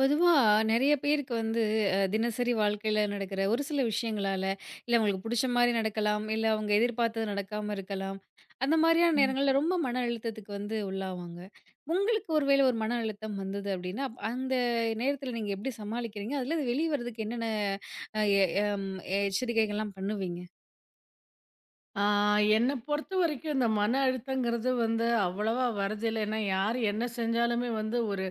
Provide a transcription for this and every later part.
பொதுவா நெறைய பேருக்கு வந்து தினசரி வாழ்க்கையில நடக்கிற ஒரு சில விஷயங்களால, இல்ல அவங்களுக்கு புடிச்ச மாரி நடக்கலாம், இல்ல அவங்க எதிர்பார்த்தது நடக்காம இருக்கலாம். அந்த மாதிரியான நேரங்கள்ல ரொம்ப மன அழுத்தத்துக்கு வந்து உள்ளாவாங்க. உங்களுக்கு ஒரு வேளை ஒரு மன அழுத்தம் வந்தது அப்படின்னா, அந்த நேரத்துல நீங்க எப்படி சமாளிக்கிறீங்க? அதுலருந்து வெளிய வரதுக்கு என்னென்ன அ எ எம் எச்சரிக்கைகள்லாம் பண்ணுவீங்க? ஆ, என்னை பொறுத்தவரைக்கும் இந்த மன அழுத்தங்கிறது வந்து அவ்வளவா வரதில்லை. ஏன்னா, யார் என்ன செஞ்சாலுமே வந்து ஒரு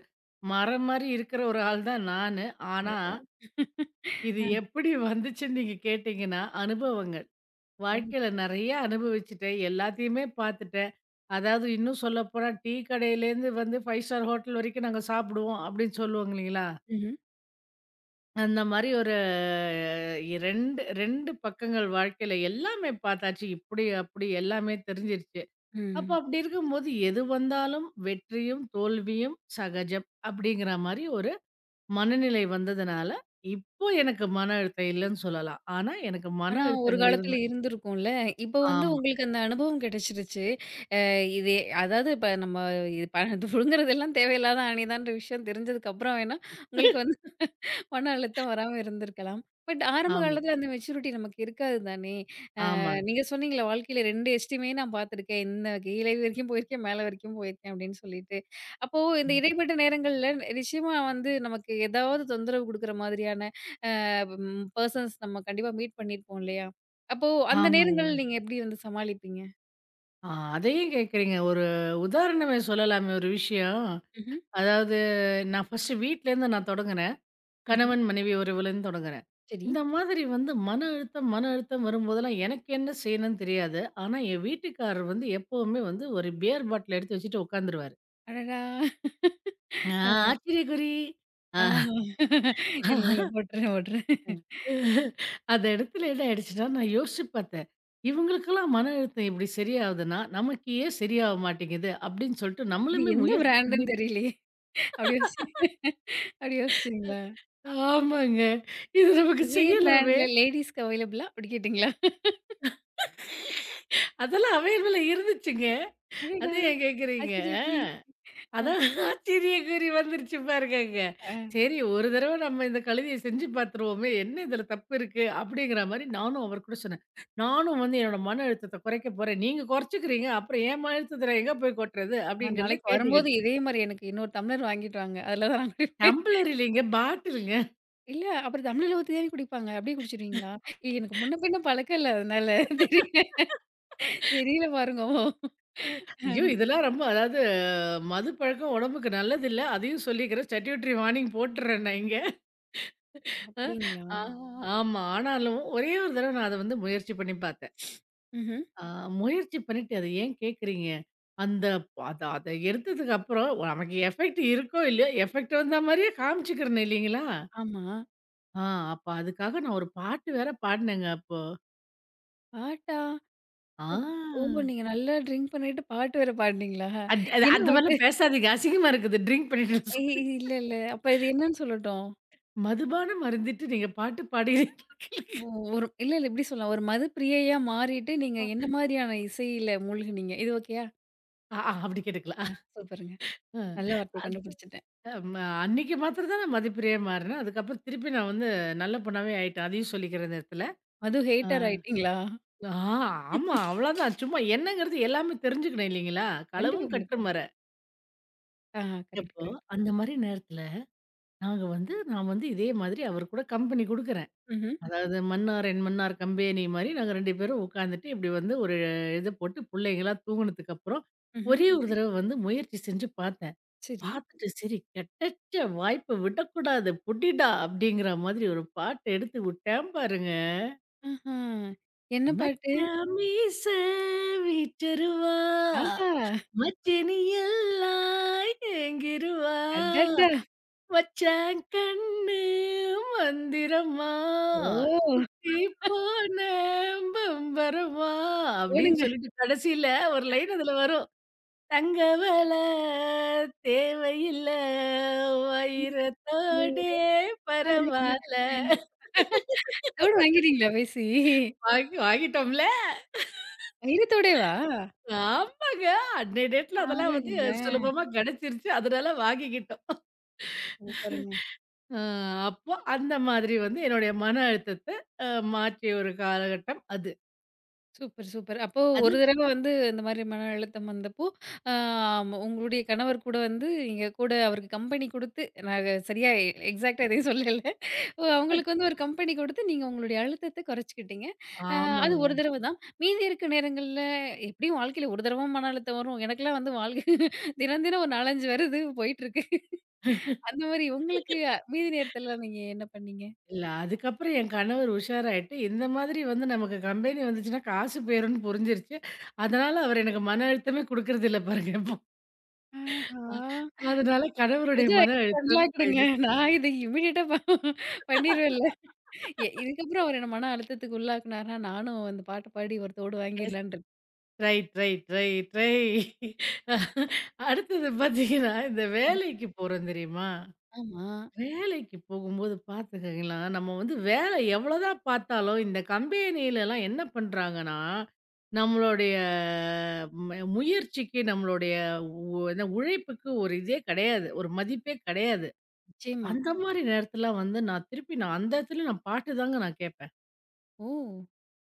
மரம் மாரி இருக்கிற ஒரு ஆள் தான் நானு. ஆனா, இது எப்படி வந்துச்சுன்னு நீங்க கேட்டீங்கன்னா, அனுபவங்கள். ஓ! வாழ்க்கையில நிறைய அனுபவிச்சுட்டேன். எல்லாத்தையுமே பார்த்துட்டேன். அதாவது இன்னும் சொல்லப்போனா, டீ கடையிலேருந்து வந்து 5 ஸ்டார் ஹோட்டல் வரைக்கும் நாங்க சாப்பிடுவோம் அப்படின்னு சொல்லுவாங்க இல்லைங்களா? ம்ஹ்ம். அந்த மாரி ஒரு 2, 2 பக்கங்கள் வாழ்க்கையில எல்லாமே பார்த்தாச்சு. இப்படி, அப்படி எல்லாமே தெரிஞ்சிருச்சு. அப்ப ம். அப்படி இருக்கும்போது எது வந்தாலும் வெற்றியும், தோல்வியும் சகஜம். அப்படிங்கிற மாரி ஒரு மனநிலை வந்ததுனால, இப்போ எனக்கு மன அழுத்தம் இல்லன்னு சொல்லலாம். ஆனா எனக்கு மன ஆனா ஒரு அழுத்தங்கள் காலத்துல இருந்து இருந்திருக்கும்ல. இப்போ வந்து ஆமா. உங்களுக்கு அந்த அனுபவம் கிடைச்சிருச்சு. இது அதாவது இப்ப நம்ம இது ப புடுங்குறதெல்லாம் தேவையில்லாத ஆணிதான்ற விஷயம் தெரிஞ்சதுக்கு அப்புறம் வேணா, உங்களுக்கு வந்து மன அழுத்தம் வராம இருந்திருக்கலாம். பட் ஆரம்ப ஆமா. காலத்துல அந்த மெச்சூரிட்டி நமக்கு இருக்காது தானே! ஆமாங்க. நீங்க சொன்னீங்கல்ல, வாழ்க்கையில 2 எஸ்ட்ரீமே நான் பார்த்துருக்கேன். இந்த கீழே வரைக்கும் போயிருக்கேன், மேல வரைக்கும் போயிருக்கேன் அப்படின்னு சொல்லிட்டு. அப்போ இந்த இடைப்பட்ட நேரங்கள்ல நிச்சயமா வந்து நமக்கு ஏதாவது தொந்தரவு குடுக்குற மாதிரியான அ ம் பெர்சன்ஸ் நம்ம கண்டிப்பா மீட் பண்ணியிருப்போம் இல்லையா? அப்போ அந்த நேரங்கள் ஆமாங்க. நீங்க எப்படி வந்து சமாளிப்பீங்க? ஆ அதையும் கேட்குறீங்க. ஒரு உதாரணமே சொல்லலாமே ஒரு விஷயம். ம்ஹ்ம், அதாவது நான் ஃபர்ஸ்ட்டு வீட்லேருந்து நான் தொடங்குனேன். ம்ஹ்ம். கணவன் மனைவி உறவுலேருந்து தொடங்குறேன். சரி. இந்த மாதிரி வந்து மன அழுத்தம், மன அழுத்தம் வரும்போதெல்லாம் எனக்கு என்ன செய்யணும்னு தெரியாது. ஆனா, என் வீட்டுக்காரர் வந்து எப்பவுமே வந்து ஒரு பியர் பாட்டில் எடுத்து வச்சுட்டு உட்காந்துருவாரு. அடடா! ஆ ஆச்சரியக்குறி. ஆ ஆஹ. இல்ல, இல்ல. போட்டுறேன், போட்டுறேன். அந்த இடத்துல என்ன ஆயிடுச்சுன்னா, நான் யோசிச்சு பார்த்தேன். இவங்களுக்கெல்லாம் மன அழுத்தம் இப்படி சரியாகுதுன்னா, நமக்கு ஏன் சரியாக மாட்டேங்குது அப்படின்னு சொல்லிட்டு இது நம்மளுமே எந்த முயற்சி பண்ணி பிராண்டுன்னு தெரியலையே! அப்படி யோசிச்சு அப்படி யோசிச்சீங்களா? ஆமாங்க. இது நமக்கு இதே செய்யலாமே. பிராண்ட்ல லேடீஸ்க்கு அவைலபிளா? அப்படி கேட்டீங்களா? அதெல்லாம் அவைலபிளா இருந்துச்சுங்க. அடடா! அது ஏன் கேட்குறீங்க? ஆச்சரியக்குறி. அ, அதான் ஆச்சரியக்குறி வந்துருச்சு பாருங்கங்க. அ. சரி ஒரு தடவ நம்ம இந்த கழுதைய செஞ்சு பார்த்துருவோமே, என்ன இதில தப்பு இருக்கு? அப்படிங்கிற மாரி நானும் அவர் கூட சொன்னேன். நானும் வந்து என்னோட மன அழுத்தத்த குறைக்க போறேன். நீங்க குறைச்சுக்கிறீங்க. அப்புறம் என் மன அழுத்தத்த நான் எங்க போய் கொட்டுறது? நான் அப்படிங்கிறத நாளைக்கு வரும்போது கேட்டுக்கிட்டு. இதே மாரி எனக்கு இன்னொரு டம்ளர் வாங்கிட்டு வாங்க. அதில தான் நான் குடிப்பேன். டம்ப்ளர் இல்லைங்க, பாட்டிலுங்க. இல்ல அப்புறம் டம்ளர்ல ஊத்தி தானே குடிப்பாங்க. அப்படியே குடிச்சுருவீங்களா? இல்ல எனக்கு முன்ன பின்ன பழக்கம் இல்ல. அதனால தெரியல தெரியல பாருங்க. ஓ! ஐயோ! இதெல்லாம் ரொம்ப அதாவது மது பழக்கம் உடம்புக்கு நல்லதில்ல. அதையும் சொல்லிக்கிறேன். ஸ்டட்யூட்டரி வார்னிங் போட்டுறேன் நான் இங்க. அப்படிங்களா? ஆ ஆமா. ஆனாலும் ஒரே ஒரு தடவ நான் அத வந்து முயற்சி பண்ணி பார்த்தேன். ம்ஹ்ம். ஆ முயற்சி பண்ணிட்டு அத ஏன் கேட்குறீங்க? அந்த அத அத எடுத்ததுக்கு அப்புறம் நமக்கு எஃபெக்ட் இருக்கோ! இல்லையோ! எஃபெக்ட் வந்த மாரியே காமிச்சுக்கிறணும் இல்லைங்களா? ஆமா. ஆ அப்ப அதுக்காக நான் ஒரு பாட்டு வேற பாடுனேங்க அப்போ. ஆட்டா? ஆ ஓ! ஓ! நீங்க நல்லா ட்ரிங்க் பண்ணிட்டு பாட்டு வேற பாடுனீங்களா? அத் அது என்ன அந்த பாட்டு? மாரிலாம் பேசாதீங்க. அசிங்கமா இருக்குது. ட்ரிங்க் பண்ணிட்டு நான் ஏய் சொன்னேன். இல்ல, இல்ல. அப்ப இது என்னன்னு சொல்லட்டும்? மதுபானம் அருந்திட்டு நீங்க பாட்டு பாடுகிறீங்களா? ஓ! ஒரு இல்ல, இல்ல இப்படி சொல்லலாம். ஒரு மது பிரியையா மாறிட்டு நீங்க என்ன மாரியான இசையில மூழ்குனீங்க? இது ஓகேயா? ஆ ஆ அப்படி கேட்டுக்கல. ஆ சூப்பருங்க. நல்ல வார்த்தைய கண்டுபிடிச்சுட்டேன். அம் அன்னைக்கு மாத்திரம் தான் நான் மதிப்பிரியா மாறுனேன். அதுக்கப்புறம் திருப்பி நான் வந்து நல்ல பொண்ணாவே ஆயிட்டேன். அதையும் சொல்லிக்கிறேன் இந்த இடத்துல. மது ஆ. ஹேட்டர் ஆயிட்டீங்களா? ஆ ஆமா. அவ்வளோதான். சும்மா என்னங்கிறது எல்லாமே தெரிஞ்சுக்கணும் இல்லைங்களா? கண்டிப்பா, களவும் கண்டிப்பா. கற்றுமற. ஆஹா கரெக்ட், அப்போ கரெக்ட். அந்த மாரி நேரத்தில நாங்க வந்து நான் வந்து இதே மாதிரி அவர் கூட கம்பெனி குடுக்குறேன். ம்ஹ்ம், அதாவது மன்னார் என் மன்னார் கம்பெனி மாரி நாங்க 2 பேரும் உட்காந்துட்டு இப்படி வந்து ஒரு இது போட்டு புள்ளைங்கலாம் தூங்குனதுக்கப்புறம், ம்ஹ்ம். ஒரே ஒரு தடவ வந்து முயற்சி செஞ்சு பார்த்தேன். சரி. பார்த்துட்டு சரி கெடச்ச வாய்ப்ப விடக்கூடாது புடிடா! அப்படிங்கிற மாதிரி ஒரு பாட்டு எடுத்து விட்டேன் பாருங்க. ஆஹா! என்ன பாட்டு? மச்சான் மீச வீச்சருவா ஆஹா! மச்சினியெல்லாம் ஏங்கிருவா அடடா! மச்சான் கண்ணு மந்திரமா ஓ! சுத்தி போன பம்பரமா அப்படின்னு ஓடுங்க. சொல்லிட்டு கடைசியில ஒரு லைன் அதுல வரும் தங்க வேலை தேவையில்ல ஐயோ! வைரத்தோடே ஓடி வாருங்கள். பரவாயில்ல தோடு வாங்கிட்டீங்களா பேசி? வாங்கி வாங்கிட்டோம்ல தைரியத்தோடேவா? ஆ. ஆமாங்க அன்னைய டேட்ல அதெல்லாம் வந்து பாருங்களேன்! சுலபமா கிடைச்சிருச்சு அதனால வாங்கிக்கிட்டோம் சூப்பருங்க. அ அப்போ அந்த மாதிரி வந்து என்னுடைய மன அழுத்தத்த அ மாற்றிய ஒரு காலகட்டம் அது. Super, super. அப்போ அது ஒரு தடவ வந்து இந்த மாரி மன அழுத்தம் வந்தப்போ, ஆ உங்களுடைய கணவர் கூட வந்து நீங்க கூட அவருக்கு கம்பெனி குடுத்து நான் சரியா எக்ஸாக்ட்டா எதையும் சொல்லல. ஓ, அவங்களுக்கு வந்து ஒரு கம்பெனி குடுத்து நீங்க உங்களுடைய அழுத்தத்த குறைச்சுக்கிட்டீங்க. அ அது ஆமாங்க. ஒரு தடவ தான். மீதி இருக்க நேரங்கள்ல எப்படியும் வாழ்க்கையில ஒரு தடவ மன அழுத்தம் வரும். எனக்கெல்லாம் வந்து வாழ்க்கை தினம் தினம் ஒரு 4, 5 வருது போயிட்டுருக்கு. அந்த மாரி உங்களுக்கு மீதி நேரத்தில நீங்க என்ன பண்ணீங்க? இல்ல அதுக்கப்புறம் என் கணவர் உஷாராயிட்டு, இந்த மாதிரி வந்து நமக்கு கம்பெனி வந்துச்சுன்னா காசு போயிரும்னு புரிஞ்சிருச்சு. அதனால அவர் எனக்கு மன அழுத்தமே குடுக்கறதில்ல பாருங்க இப்போ. ஆஹா! அதனால கணவருடைய புது மன ஐடியா நல்லா அழுத்தம் இருக்குதுங்க. மைனஸ். நான் இத இம்மீடியட்டா பண்ணிருவேன்ல. இதுக்கப்புறம் அவர் என்ன மன அழுத்தத்துக்கு உள்ளாக்குனாருன்னா, நானும் அந்த பாட்டு பாடி ஒரு தோடு எஸ். வாங்கிடலான்னு இருக்கேன். ரைட், ரைட், ரைட், அடுத்தது பார்த்தீங்கன்னா, இந்த வேலைக்கு போறோம் தெரியுமா? ஆமா. வேலைக்கு போகும்போது பார்த்துக்கிங்களா, நம்ம வந்து வேலை எவ்வளோதான் பார்த்தாலும், இந்த கம்பெனிலலாம் என்ன பண்றாங்கன்னா, நம்மளுடைய ம முயற்சிக்கு, நம்மளுடைய உ என்ன உழைப்புக்கு ஒரு இதே கிடையாது. ஒரு மதிப்பே கிடையாது. நிச்சயமா. அந்த ஆமா. மாரி நேரத்தில வந்து நான் திருப்பி நான் அந்த இடத்துல நான் பாட்டு தாங்க நான் கேட்பேன். ஓ!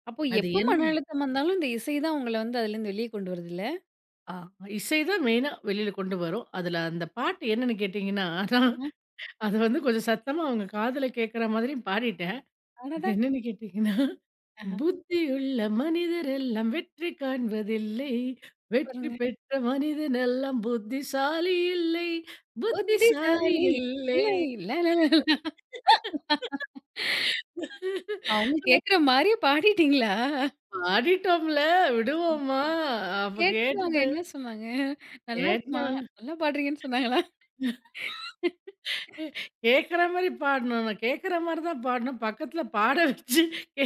அப்போ அது எப்ப என் மன அழுத்தம் வந்தாலும் இந்த இசை தான் உங்கள வந்து அதுலேருந்து வெளிய கொண்டு வருதுல்ல? ஆ இசை தான் மெயினா வெளியில கொண்டு வரும். அதில அந்த பாட்டு என்னன்னு கேட்டீங்கன்னா, நான் ஆமா. அது வந்து கொஞ்சம் சத்தமா அவங்க காதுல கேட்கிற மாதிரியும் பாடிட்டேன். அது அடடா! என்னன்னு கேட்டீங்கன்னா புத்தியுள்ள மனிதர் எல்லாம் வெற்றி காண்பதில்லை. வெற்றி பாருங்க. பெற்ற மனிதன் எல்லாம் புத்திசாலி இல்லை. புத்திசாலி புத்திசாலி இல்லை. இல்லை லாலாலா. அவங்க கேட்குற மாரியே பாடிட்டீங்களா? பாடிட்டோம்ல. விடுவோமா? அப்ப கேட்டுட்டு அவங்க கேட்டுட்டு என்ன சொன்னாங்க? நல்லா இருக்குமா? கேட்டோம். நல்லா பாடுறீங்கன்னு சொன்னாங்களா? கேட்கிற மாரி பாடணும். நான் கேட்கிற மாரி தான் பாடணும். பக்கத்துல பாட வச்சு கே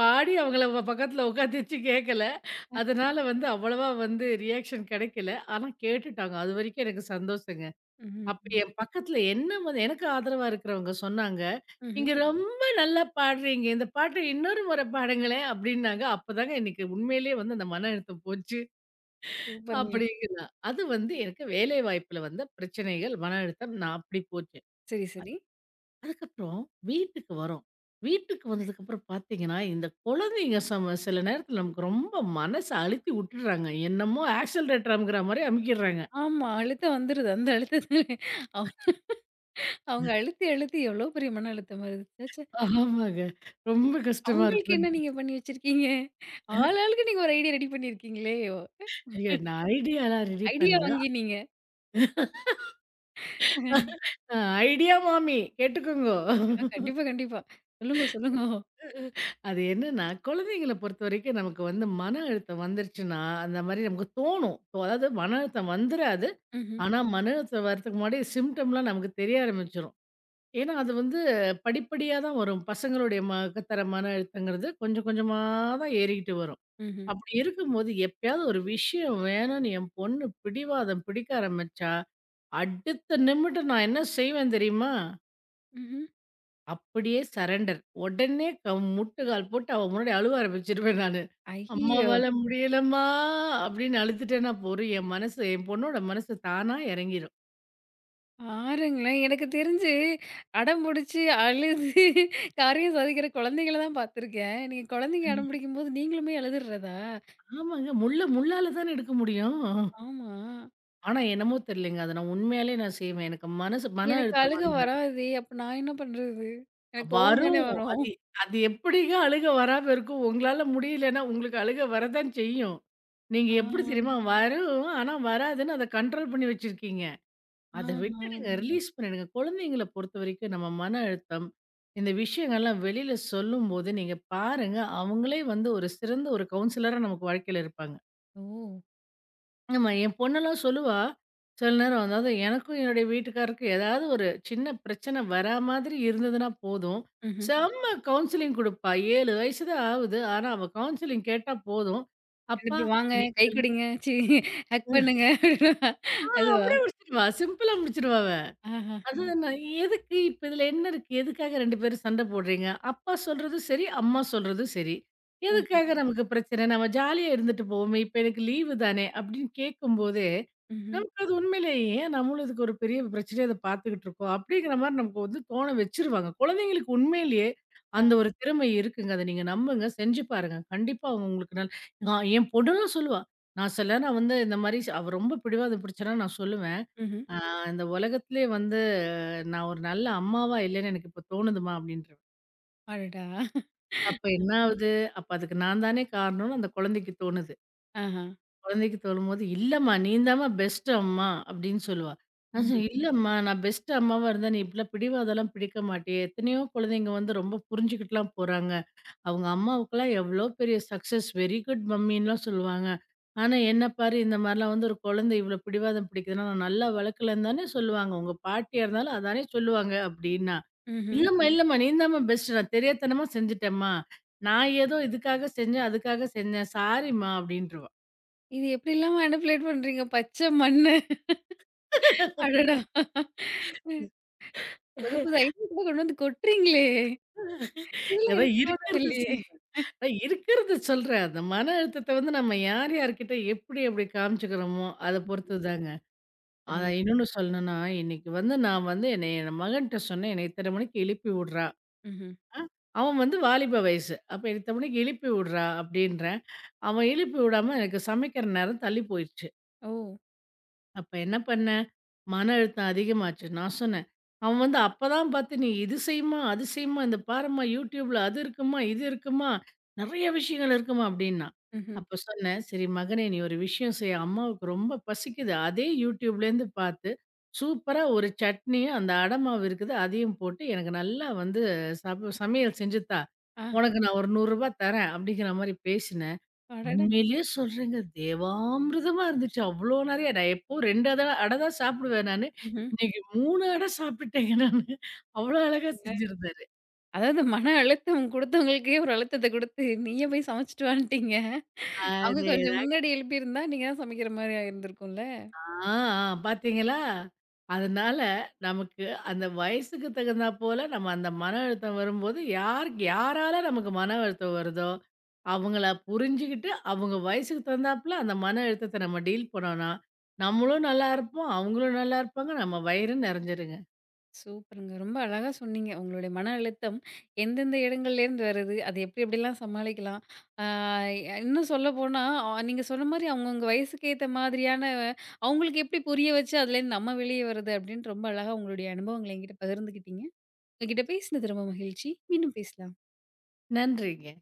பாடி அவங்கள பக்கத்துல உட்காத்தி வச்சு கேட்கல. அதனால வந்து அவ்வளவா வந்து ரியாக்ஷன் கிடைக்கல. ஆனா கேட்டுட்டாங்க. அதுவரைக்கும் எனக்கு சந்தோஷங்க. அப்ப ம்ஹ்ம். என் பக்கத்துல என்ன வந்து எனக்கு ஆதரவா இருக்கிறவங்க சொன்னாங்க, ம்ஹ்ம். "நீங்க ரொம்ப நல்லா பாடுறீங்க. இந்த பாட்ட இன்னொரு முறை பாடுங்களேன்" அப்படின்னாங்க. அப்பதாங்க எனக்கு உண்மையிலேயே வந்து அந்த மன அழுத்தம் போச்சு சூப்பருங்க. அப்படிங்கலாம். அது வந்து எனக்கு வேலை வாய்ப்புல வந்த பிரச்சனைகள், மன அழுத்தம் நான் அப்படி போச்சு. சரி, சரி. அதுக்கப்புறம் வீட்டுக்கு வரோம். வீட்டுக்கு வந்ததுக்கப்புறம் பார்த்தீங்கன்னா, இந்த குழந்தைங்க சில நேரத்துல நமக்கு ரொம்ப மனச அழுத்தி உட்டுடுறாங்க. என்னமோ ஆக்ஸலரேட்டர் அமுக்குற மாரி அமுக்கிடுறாங்க. ஆமா. அழுத்தம் வந்துருது. அந்த அழுத்தத்தில அவ் அவங்க அழுத்தி அழுத்தி எவ்ளோ பெரிய மன அழுத்தம் வருது. ச்சே! ச்சே! ஆமாங்க. ரொம்ப கஷ்டமா அவங்களுக்கு இருக்கும். என்ன நீங்க பண்ணி வச்சிருக்கீங்க? ஆள் ஆளுக்கு நீங்க ஒரு ஐடியா ரெடி பண்ணியிருக்கீங்களே! ஐயோ! நான் ஐடியாலாம் ரெடி ஐடியா பண்ணல. வாங்கி நீங்க. அ ஐடியா மாமி கேட்டுக்கோங்கோ. கண்டிப்பா, கண்டிப்பா. சொல்லுங்க, சொல்லுங்க. அது என்னன்னா, குழந்தைங்கள பொறுத்தவரைக்கும் நமக்கு வந்து மன அழுத்தம் வந்துருச்சுன்னா, அந்த மாரி நமக்கு தோணும். இப்போ அதாவது மன அழுத்தம் வந்துராது. ம்ஹ்ம். ஆனா, மன அழுத்தம் வரதுக்கு முன்னாடி சிம்ப்டம்லாம் நமக்கு தெரிய ஆரம்பிச்சுரும். ஏன்னா, அது வந்து படிப்படியா தான் வரும். பசங்களுடைய தர மன அழுத்தங்கிறது கொஞ்சம் கொஞ்சமா தான் ஏறிக்கிட்டு வரும். ம்ஹ்ம். அப்படி இருக்கும்போது எப்பயாவது ஒரு விஷயம் வேணும்னு என் பொண்ணு பிடிவாதம் பிடிக்க ஆரம்பிச்சா, அடுத்த நிமிடம் நான் என்ன செய்வேன் தெரியுமா? ம்ஹ்ம். அப்படியே சரண்டர். உடனே முட்டுக்கால் போட்டு அவ முன்னாடி அழுவ ஆரம்பிச்சுருவேன் நானு. ஐயோ! "அம்மாவால முடியலம்மா" அப்படின்னு அழுதுட்டேன்னா போதும், என் மனசு என் பொண்ணோட மனசு தானா இறங்கிரும். பாருங்களேன். எனக்கு தெரிஞ்சு அடம் புடிச்சு, அழுது காரியம் சாதிக்கிற குழந்தைங்கள தான் பார்த்துருக்கேன். நீங்க குழந்தைங்க அடம் பிடிக்கும்போது நீங்களுமே அழுதுடுறதா? ஆமாங்க. முள்ள முள்ளால தானே எடுக்க முடியும். ஆமா. ஆனா என்னமோ தெரியலங்க. அத நான் உண்மையாலே நான் செய்வேன். எனக்கு மனசு மன எனக்கு அழுத்தம் அழுக வந்தா வராதே! அப்ப நான் என்ன பண்றது? எனக்கு கோவம் தானே வரும். வரும். அது அது எப்படிங்க அழுகை வராம இருக்கும்? உங்களால முடியலன்னா, உங்களுக்கு அழுகை வரதான் செய்யும். நீங்க ஆ, எப்படி தெரியுமா? வரும். ஆனா வராதுன்னு அத கண்ட்ரோல் பண்ணி வச்சிருக்கீங்க. அத ஆஹா. விட்டுடுங்க. ரிலீஸ் பண்ணிடுங்க. குழந்தைங்கள பொறுத்தவரைக்கும் நம்ம மன அழுத்தம், இந்த விஷயங்கள்லாம் வெளியில சொல்லும்போது நீங்க பாருங்க, அவங்களே வந்து ஒரு சிறந்த ஒரு கவுன்சிலரா நமக்கு வாழ்க்கையில இருப்பாங்க. ஓ! ஆமா. என் பொண்ணெல்லாம் சொல்லுவா, சில நேரம் அதாவது எனக்கும் என்னுடைய வீட்டுக்காரருக்கும் ஏதாவது ஒரு சின்ன பிரச்சனை வரா மாதிரி இருந்ததுன்னா போதும், ம்ஹ்ம். செம்ம கவுன்சிலிங் குடுப்பா. 7 வயசு தான் ஆகுது. ஆனா அவ கவுன்சிலிங் கேட்டா போதும், 2 "அப்பா பேரும் வாங்க, கை நீங்க" குடுங்க, ச்சீ ஹக் பண்ணுங்க அப்டின்னா ஆ அதுவா? அப்படியே முடிச்சிருவா. சிம்பிளா முடிச்சிருவா அவ. ஆஹா. அதுதான் நான் எதுக்கு இப்ப இதுல என்ன இருக்கு? எதுக்காக 2 பேரும் சண்டை போடுறீங்க? அப்பா சொல்றதும் சரி, அம்மா சொல்றதும் சரி. அ, எதுக்காக நமக்கு பிரச்சனை? நம்ம ஜாலியா இருந்துட்டு போவோமே! இப்ப எனக்கு லீவு தானே! அப்படின்னு கேட்கும்போதே, ம்ஹ்ம். நமக்கு அது உண்மையிலேயே ஏன் நம்மளும் இதுக்கு ஒரு பெரிய பிரச்சனையா இத பார்த்துக்கிட்டு இருக்கோம்? அப்படிங்கிற மாரி நமக்கு வந்து தோண வச்சுருவாங்க. குழந்தைங்களுக்கு உண்மையிலேயே அ, அந்த ஒரு திறமை இருக்குங்க. அத நீங்க நம்புங்க. செஞ்சு பாருங்க. கண்டிப்பா அவங்க உங்களுக்கு நான் என் பொண்ணுலாம் சொல்லுவா. நான் சில நேரம் வந்து இந்த மாரி அவ ரொம்ப பிடிவாதம் பிடிச்சனா நான் சொல்லுவேன். ம்ஹ்ம். ஆ இந்த உலகத்திலே வந்து நான் ஒரு நல்ல அம்மாவா இல்லன்னு எனக்கு இப்ப தோணுதும்மா அப்டின்றுவேன். அடடா! அப்ப என்ன ஆவுது? அப்ப அதுக்கு நான் தானே காரணம்னு அந்த குழந்தைக்கு தோணுது. ஆஹா. குழந்தைக்கு தோணும்போது, "இல்லம்மா நீ தாம்மா பெஸ்ட் அம்மா" அப்படின்னு சொல்லுவா. நான் ம்ஹ்ம். சொன்னேன், "இல்லம்மா நான் பெஸ்ட் அம்மாவா இருந்தா, நீ இப்படிலாம் பிடிவாதம்லாம் பிடிக்க மாட்டியே! எத்தனையோ குழந்தைங்க வந்து ரொம்ப புரிஞ்சுக்கிட்டுலாம் போறாங்க." அவங்க அம்மாவுக்கெல்லாம் எவ்வளோ பெரிய சக்சஸ் வெரி குட் மம்மின்லாம் சொல்லுவாங்க. ஆனா, என்ன பாரு இந்த மாரிலாம் வந்து ஒரு குழந்தை இவ்வளோ பிடிவாதம் பிடிக்குதுன்னா, நான் நல்லா வளர்க்கலன்னு தானே சொல்லுவாங்க. உங்க பாட்டியா இருந்தாலும் அதானே சொல்லுவாங்க அப்டின்னா. ம்ஹ்ம். இல்லம்மா, இல்லம்மா நீ தாம்மா பெஸ்ட்டு. நான் தெரியாத்தனமா செஞ்சுட்டேம்மா. நான் ஏதோ இதுக்காக செஞ்சேன், அதுக்காக செஞ்சேன். சாரிம்மா அப்டின்ருவா. இது எப்படிலாம் மேனிபுலேட் பண்றீங்க? பச்ச மண்ணு. அடடா! புது புது ஐடியா கூட கொண்டு வந்து கொட்டுறீங்களே! இதெல்லாம் அதான் எனக்கு இருக்கிறத தோணவில்லையே! சொல்றேன். நான் இருக்கிறத சொல்றேன். அந்த மன அழுத்தத்த வந்து நம்ம யார் யார்கிட்ட எப்படி எப்படி காமிச்சுக்கிறோமோ, அத பொறுத்ததுதாங்க. அருமை. அதான் இன்னொன்னு சொல்லணும்னா, இன்னைக்கு வந்து நான் வந்து என்னை என் மகன்ட்ட சொன்னேன். என்னை இத்தனை மணிக்கு எழுப்பி விடுறா. ம்ஹ்ம். அ அவன் வந்து வாலிப வயசு. அப்ப இத்தனை மணிக்கு எழுப்பி விடுறா அப்படின்றேன். அவன் எழுப்பி விடாம எனக்கு சமைக்கிற நேரம் தள்ளி போயிருச்சு. ஓ! அப்ப என்ன பண்ணேன்? மன அழுத்தம் அதிகமாச்சு. நான் சொன்னேன். அவன் வந்து அப்பதான் பார்த்து, "நீ இது செய்யுமா, அது செய்யுமா, இந்த பாரும்மா YouTubeல அது இருக்குமா, இது இருக்குமா, நெறைய விஷயங்கள் இருக்குமா" அப்படின்னான். ம்ஹ்ம். அப்ப சொன்னேன், "சரி மகனே நீ ஒரு விஷயம் செய். அம்மாவுக்கு ரொம்ப பசிக்குது. அதே YouTubeலேருந்து பார்த்து, சூப்பரா ஒரு சட்னியும், அந்த அடை மாவு இருக்குது, அதையும் போட்டு எனக்கு நல்லா வந்து சமையல் செஞ்சு தா. ஆ, உனக்கு நான் ஒரு ரூ. 100 தரேன்" அப்படிங்கிற மாரி பேசினேன். அடடா! உண்மையிலேயே சொல்றேங்க. தேவாமிர்தமா இருந்துச்சு. அவ்ளோ நெறைய நான் எப்போ 2 அட அட தான் சாப்பிடுவேன் நானு. ம்ஹ்ம். இன்னைக்கு 3 அட சாப்பிட்டுட்டேங்க நானு. அவ்ளோ அழகா செஞ்சிருந்தாரு. அதாவது மன அழுத்தம் குடுத்தவங்களுக்கே ஒரு அழுத்தத்த குடுத்து, நீயே போய் சமைச்சுட்டு வான்ட்டீங்க. அவங்க கொஞ்சம் அதேதாங்க. முன்னாடி எழுப்பியிருந்தா, நீங்க தான் சமைக்கிற மாரியா இருந்திருக்கும்ல. ஆ, ஆ பார்த்தீங்களா? அதனால நமக்கு அந்த வயசுக்கு தகுந்தா போல நம்ம அந்த மன அழுத்தம் வரும்போது, யாருக்கு யாரால நமக்கு மன அழுத்தம் வருதோ, அவங்கள புரிஞ்சுகிட்டு, அவங்க வயசுக்கு தகுந்தாப்புல அந்த மன அழுத்தத்த நம்ம டீல் பண்ணோம்னா, நம்மளும் நல்லா இருப்போம், அவங்களும் நல்லா இருப்பாங்க. நம்ம வயிறும் நெறஞ்சிருங்க. சூப்பருங்க. ரொம்ப அழகா சொன்னீங்க. உங்களுடைய மன அழுத்தம் எந்தெந்த இடங்கள்லேருந்து வருது, அது எப்டி எப்டிலாம் சமாளிக்கலாம். ஆ இன்னும் சொல்லப்போனா, நீங்க சொன்ன மாரி அவங்கவங்க வயசுக்கு ஏத்த மாதிரியான அவங்களுக்கு எப்டி புரிய வச்சு அதுலேருந்து நம்ம வெளிய வர்றது அப்டின்னு ரொம்ப அழகா உங்களுடைய அனுபவங்கள என்கிட்ட பகிர்ந்துக்கிட்டீங்க. உங்ககிட்ட பேசினது ரொம்ப மகிழ்ச்சி. மீண்டும் பேசலாம். நன்றிங்க.